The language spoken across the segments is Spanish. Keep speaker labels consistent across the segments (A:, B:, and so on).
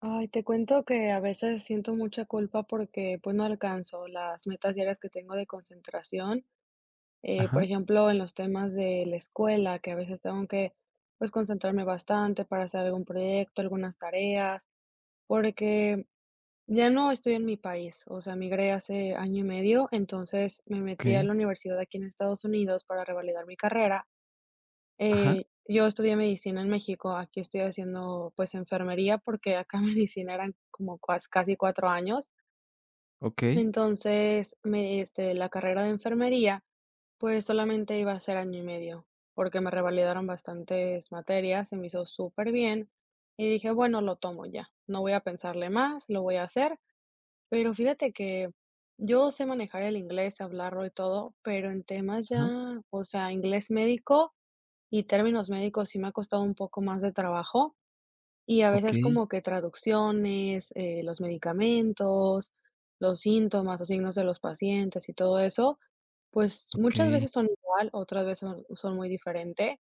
A: Ay, te cuento que a veces siento mucha culpa porque pues no alcanzo las metas diarias que tengo de concentración. Por
B: Ajá,
A: ejemplo, en los temas de la escuela, que a veces tengo que pues concentrarme bastante para hacer algún proyecto, algunas tareas, porque ya no estoy en mi país, o sea, migré hace año y medio, entonces me metí a
B: okey,
A: la universidad aquí en Estados Unidos para revalidar mi carrera.
B: ajá,
A: Yo estudié medicina en México, aquí estoy haciendo, pues, enfermería, porque acá medicina eran como cuas casi 4 años.
B: okey,
A: Entonces, la carrera de enfermería, pues, solamente iba a ser año y medio, porque me revalidaron bastantes materias, se me hizo súper bien y dije: "Bueno, lo tomo ya, no voy a pensarle más, lo voy a hacer". Pero fíjate que yo sé manejar el inglés, hablarlo y todo, pero en temas ya,
B: ajá,
A: o sea, inglés médico, y términos médicos sí me ha costado un poco más de trabajo y a veces
B: okey,
A: como que traducciones, los medicamentos, los síntomas o signos de los pacientes y todo eso, pues muchas
B: okey,
A: veces son igual, otras veces son muy diferente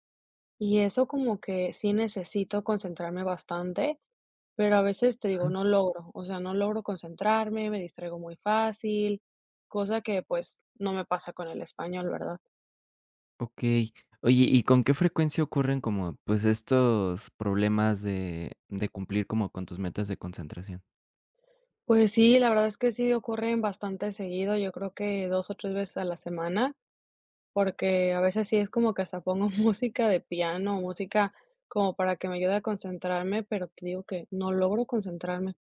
A: y eso como que sí necesito concentrarme bastante, pero a veces te digo,
B: ajá,
A: no logro, o sea, no logro concentrarme, me distraigo muy fácil, cosa que pues no me pasa con el español, ¿verdad?
B: okey. Oye, ¿y con qué frecuencia ocurren como, pues, estos problemas de cumplir como con tus metas de concentración?
A: Pues sí, la verdad es que sí ocurren bastante seguido, yo creo que 2 o 3 veces a la semana, porque a veces sí es como que hasta pongo música de piano, música como para que me ayude a concentrarme, pero te digo que no logro concentrarme,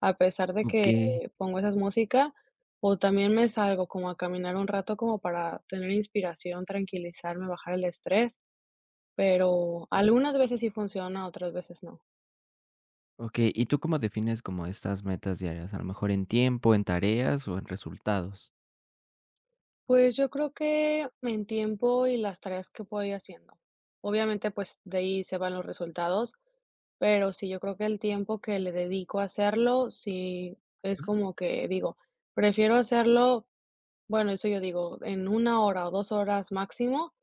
A: a pesar de que
B: Okey,
A: pongo esas música, o también me salgo como a caminar un rato como para tener inspiración, tranquilizarme, bajar el estrés, pero algunas veces sí funciona, otras veces no.
B: okey, ¿y tú cómo defines como estas metas diarias? A lo mejor en tiempo, en tareas o en resultados.
A: Pues yo creo que en tiempo y las tareas que voy haciendo. Obviamente, pues de ahí se van los resultados, pero sí, yo creo que el tiempo que le dedico a hacerlo, sí es como que digo, prefiero hacerlo, bueno, eso yo digo, en 1 hora o 2 horas máximo,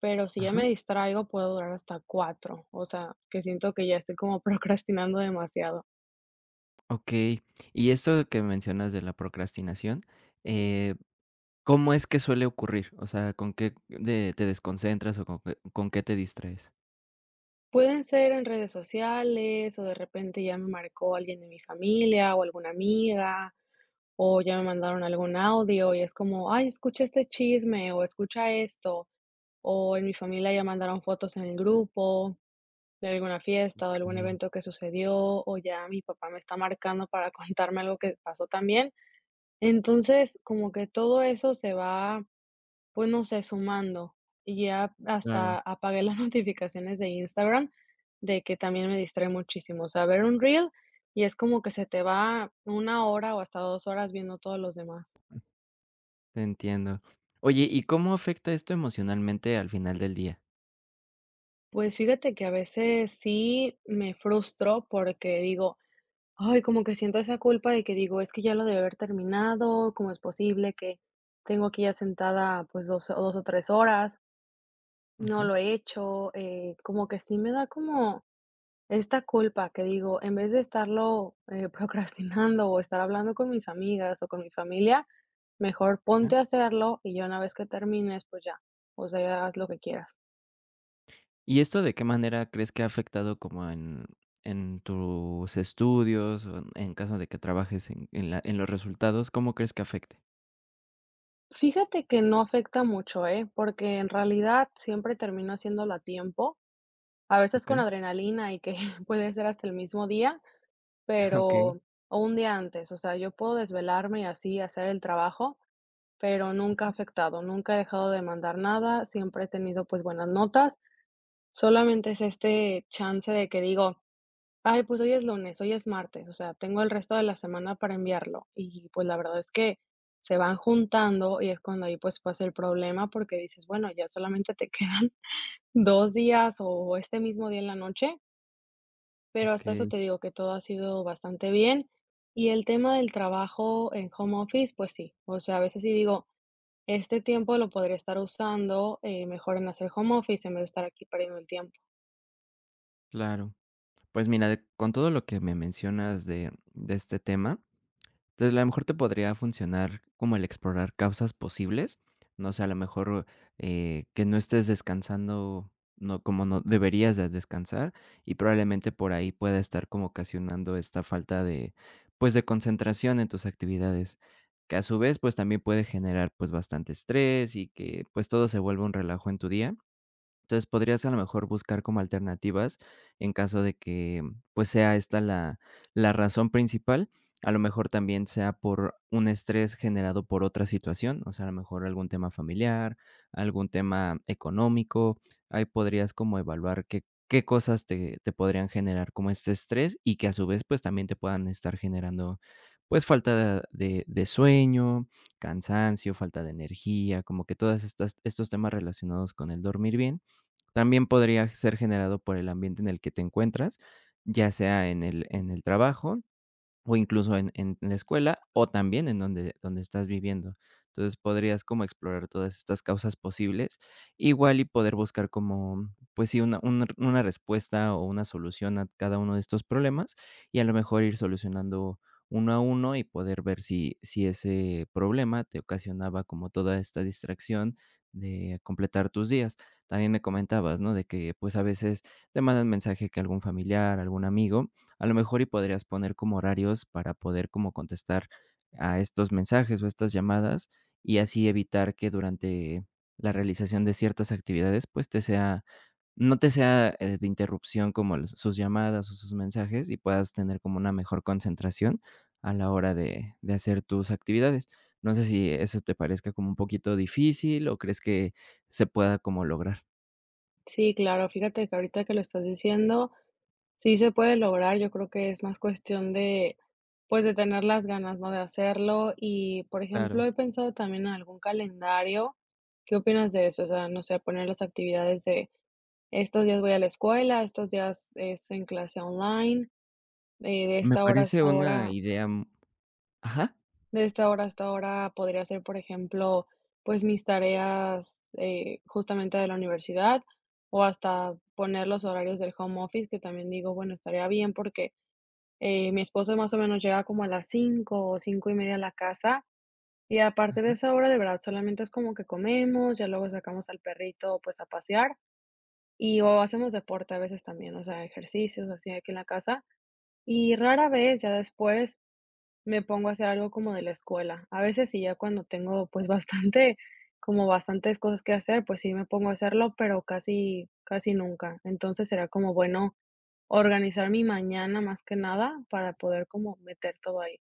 A: pero si ya
B: Ajá,
A: me distraigo, puedo durar hasta cuatro. O sea, que siento que ya estoy como procrastinando demasiado.
B: okey. Y esto que mencionas de la procrastinación, eh, ¿cómo es que suele ocurrir? O sea, ¿con qué de te desconcentras o con qué te distraes?
A: Pueden ser en redes sociales o de repente ya me marcó alguien de mi familia o alguna amiga. O ya me mandaron algún audio y es como, ay, escucha este chisme o escucha esto. O en mi familia ya mandaron fotos en el grupo de alguna fiesta o algún
B: Okey,
A: evento que sucedió. O ya mi papá me está marcando para contarme algo que pasó también. Entonces, como que todo eso se va, pues no sé, sumando. Y ya
B: claro.
A: hasta apagué las notificaciones de Instagram, de que también me distrae muchísimo. O sea, ver un reel y es como que se te va 1 hora o hasta 2 horas viendo todos los demás.
B: Te entiendo. Oye, ¿y cómo afecta esto emocionalmente al final del día?
A: Pues fíjate que a veces sí me frustro porque digo, ay, como que siento esa culpa de que digo, es que ya lo debe haber terminado, ¿cómo es posible que tengo aquí ya sentada pues 2 o 3 horas? No
B: Ajá,
A: lo he hecho, como que sí me da como esta culpa que digo, en vez de estarlo procrastinando o estar hablando con mis amigas o con mi familia, mejor
B: ajá.
A: ponte a hacerlo y ya una vez que termines, pues ya, o sea, haz lo que quieras.
B: ¿Y esto de qué manera crees que ha afectado como en tus estudios o en caso de que trabajes en la- en los resultados? ¿Cómo crees que afecte?
A: Fíjate que no afecta mucho, ¿eh? Porque en realidad siempre termino haciéndolo a tiempo, a veces
B: Ok.
A: con adrenalina y que puede ser hasta el mismo día,
B: Ok,
A: pero o un día antes, o sea, yo puedo desvelarme y así hacer el trabajo, pero nunca ha afectado, nunca he dejado de mandar nada, siempre he tenido pues buenas notas, solamente es este chance de que digo, ay, pues hoy es lunes, hoy es martes, o sea, tengo el resto de la semana para enviarlo y, pues, la verdad es que se van juntando y es cuando ahí, pues, pasa el problema porque dices, bueno, ya solamente te quedan 2 días o este mismo día en la noche, pero hasta eso
B: ok,
A: te digo que todo ha sido bastante bien. Y el tema del trabajo en home office, pues sí, o sea, a veces sí digo, este tiempo lo podría estar usando, mejor en hacer home office en vez de estar aquí perdiendo el tiempo.
B: claro. Pues mira, de- con todo lo que me mencionas de este tema, entonces, a lo mejor te podría funcionar como el explorar causas posibles, no sé, a lo mejor, que no estés descansando, no como no deberías de descansar, y probablemente por ahí pueda estar como ocasionando esta falta de, pues, de concentración en tus actividades, que a su vez, pues, también puede generar, pues, bastante estrés y que, pues, todo se vuelva un relajo en tu día. Entonces, podrías a lo mejor buscar como alternativas en caso de que, pues, sea esta la razón principal. A lo mejor también sea por un estrés generado por otra situación, o sea, a lo mejor algún tema familiar, algún tema económico. Ahí podrías como evaluar qué cosas te podrían generar como este estrés y que a su vez, pues, también te puedan estar generando, pues, falta de sueño, cansancio, falta de energía, como que todas estas estos temas relacionados con el dormir bien, también podría ser generado por el ambiente en el que te encuentras, ya sea en el trabajo o incluso en la escuela, o también en donde estás viviendo. Entonces, podrías como explorar todas estas causas posibles, igual y poder buscar como, pues sí, una respuesta o una solución a cada uno de estos problemas, y a lo mejor ir solucionando uno a uno y poder ver si ese problema te ocasionaba como toda esta distracción de completar tus días. También me comentabas, ¿no?, de que, pues, a veces te mandan mensaje que algún familiar, algún amigo a lo mejor, y podrías poner como horarios para poder como contestar a estos mensajes o estas llamadas, y así evitar que durante la realización de ciertas actividades, pues, te sea no te sea, de interrupción como los sus llamadas o sus mensajes, y puedas tener como una mejor concentración a la hora de hacer tus actividades. No sé si eso te parezca como un poquito difícil o crees que se pueda como lograr.
A: Sí, claro, fíjate que ahorita que lo estás diciendo sí se puede lograr, yo creo que es más cuestión de, pues, de tener las ganas, ¿no? De hacerlo. Y, por
B: Claro.
A: ejemplo, he pensado también en algún calendario. ¿Qué opinas de eso? O sea, no sé, poner las actividades de estos días voy a la escuela, estos días es en clase online, de
B: Me
A: esta hora
B: parece
A: hasta
B: una
A: hora,
B: idea, ajá.
A: de esta hora hasta hora podría hacer, por ejemplo, pues mis tareas justamente de la universidad o hasta poner los horarios del home office, que también digo, bueno, estaría bien porque mi esposo más o menos llega como a las 5 o 5 y media a la casa y a partir de esa hora de verdad solamente es como que comemos, ya luego sacamos al perrito pues a pasear y o hacemos deporte a veces también, o sea, ejercicios así aquí en la casa y rara vez ya después me pongo a hacer algo como de la escuela. A veces sí, ya cuando tengo, pues, bastante como bastantes cosas que hacer, pues sí me pongo a hacerlo, pero casi casi nunca. Entonces, será como bueno organizar mi mañana más que nada para poder como meter todo ahí.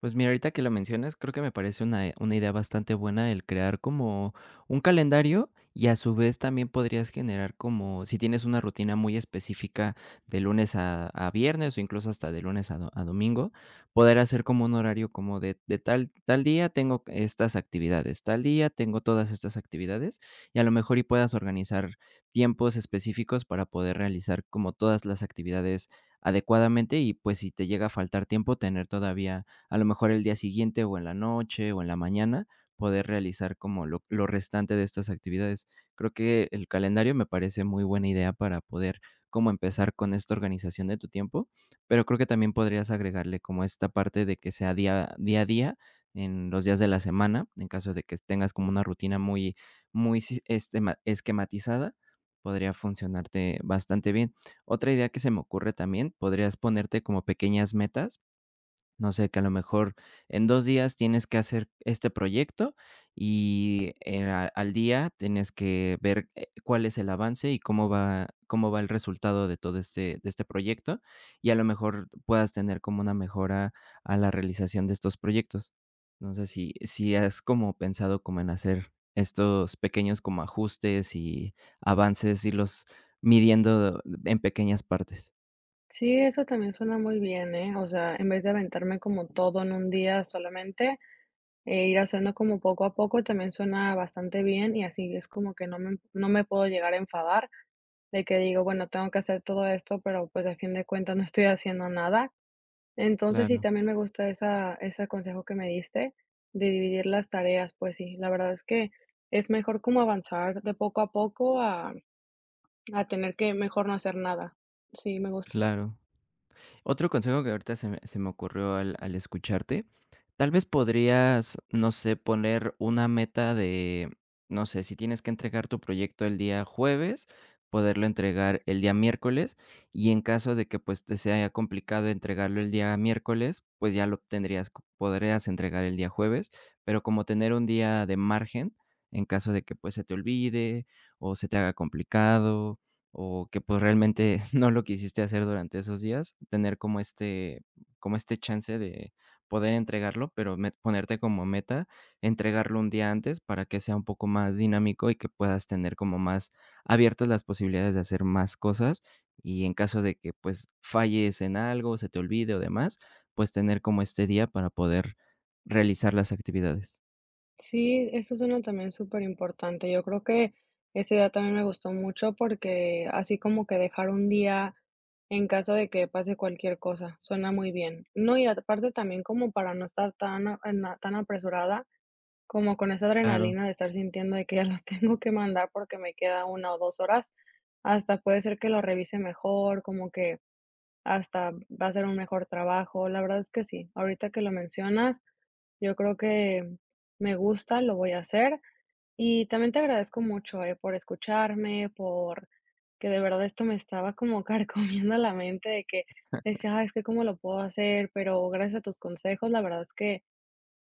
B: Pues mira, ahorita que lo mencionas, creo que me parece una idea bastante buena el crear como un calendario, y a su vez también podrías generar como, si tienes una rutina muy específica de lunes a viernes o incluso hasta de lunes a, do- a domingo, poder hacer como un horario como de tal, tal día tengo estas actividades, tal día tengo todas estas actividades, y a lo mejor y puedas organizar tiempos específicos para poder realizar como todas las actividades adecuadamente, y pues si te llega a faltar tiempo, tener todavía a lo mejor el día siguiente o en la noche o en la mañana poder realizar como lo restante de estas actividades. Creo que el calendario me parece muy buena idea para poder como empezar con esta organización de tu tiempo, pero creo que también podrías agregarle como esta parte de que sea día, día a día en los días de la semana, en caso de que tengas como una rutina muy, muy si- estema- esquematizada, podría funcionarte bastante bien. Otra idea que se me ocurre también, podrías ponerte como pequeñas metas, no sé, que a lo mejor en 2 días tienes que hacer este proyecto y, a al día tienes que ver, cuál es el avance y cómo va el resultado de todo de este proyecto, y a lo mejor puedas tener como una mejora a la realización de estos proyectos. No sé si si has como pensado como en hacer estos pequeños como ajustes y avances, y los midiendo en pequeñas partes.
A: Sí, eso también suena muy bien, ¿eh? O sea, en vez de aventarme como todo en un día solamente, ir haciendo como poco a poco también suena bastante bien y así es como que no me puedo llegar a enfadar, de que digo, bueno, tengo que hacer todo esto, pero pues a fin de cuentas no estoy haciendo nada. Entonces sí,
B: Claro,
A: también me gusta ese consejo que me diste de dividir las tareas, pues sí, la verdad es que es mejor como avanzar de poco a poco a tener que mejor no hacer nada. Sí, me gusta.
B: claro. Otro consejo que ahorita se me ocurrió al escucharte, tal vez podrías, no sé, poner una meta de, no sé, si tienes que entregar tu proyecto el día jueves, poderlo entregar el día miércoles, y en caso de que pues te sea complicado entregarlo el día miércoles, pues ya lo tendrías, co- podrías entregar el día jueves, pero como tener un día de margen en caso de que pues se te olvide o se te haga complicado o que, pues, realmente no lo quisiste hacer durante esos días, tener como como este chance de poder entregarlo, pero met ponerte como meta entregarlo un día antes para que sea un poco más dinámico y que puedas tener como más abiertas las posibilidades de hacer más cosas. Y en caso de que, pues, falles en algo, se te olvide o demás, pues, tener como este día para poder realizar las actividades.
A: Sí, eso suena también importante. Yo creo que esa idea también me gustó mucho porque así como que dejar un día en caso de que pase cualquier cosa, suena muy bien. No, y aparte también como para no estar tan, tan apresurada, como con esa
B: Claro.
A: adrenalina de estar sintiendo de que ya lo tengo que mandar porque me queda 1 o 2 horas, hasta puede ser que lo revise mejor, como que hasta va a ser un mejor trabajo. La verdad es que sí, ahorita que lo mencionas, yo creo que me gusta, lo voy a hacer. Y también te agradezco mucho, por escucharme, por que de verdad esto me estaba como carcomiendo la mente de que decía, "Ay, es que cómo lo puedo hacer, pero gracias a tus consejos, la verdad es que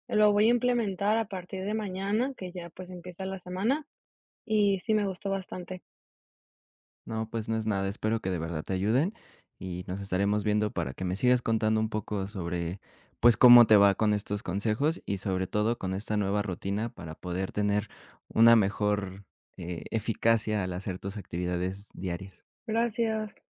A: lo voy a implementar a partir de mañana, que ya pues empieza la semana, y sí me gustó bastante".
B: No, pues no es nada. Espero que de verdad te ayuden y nos estaremos viendo para que me sigas contando un poco sobre, pues, cómo te va con estos consejos y sobre todo con esta nueva rutina para poder tener una mejor, eficacia al hacer tus actividades diarias.
A: Gracias.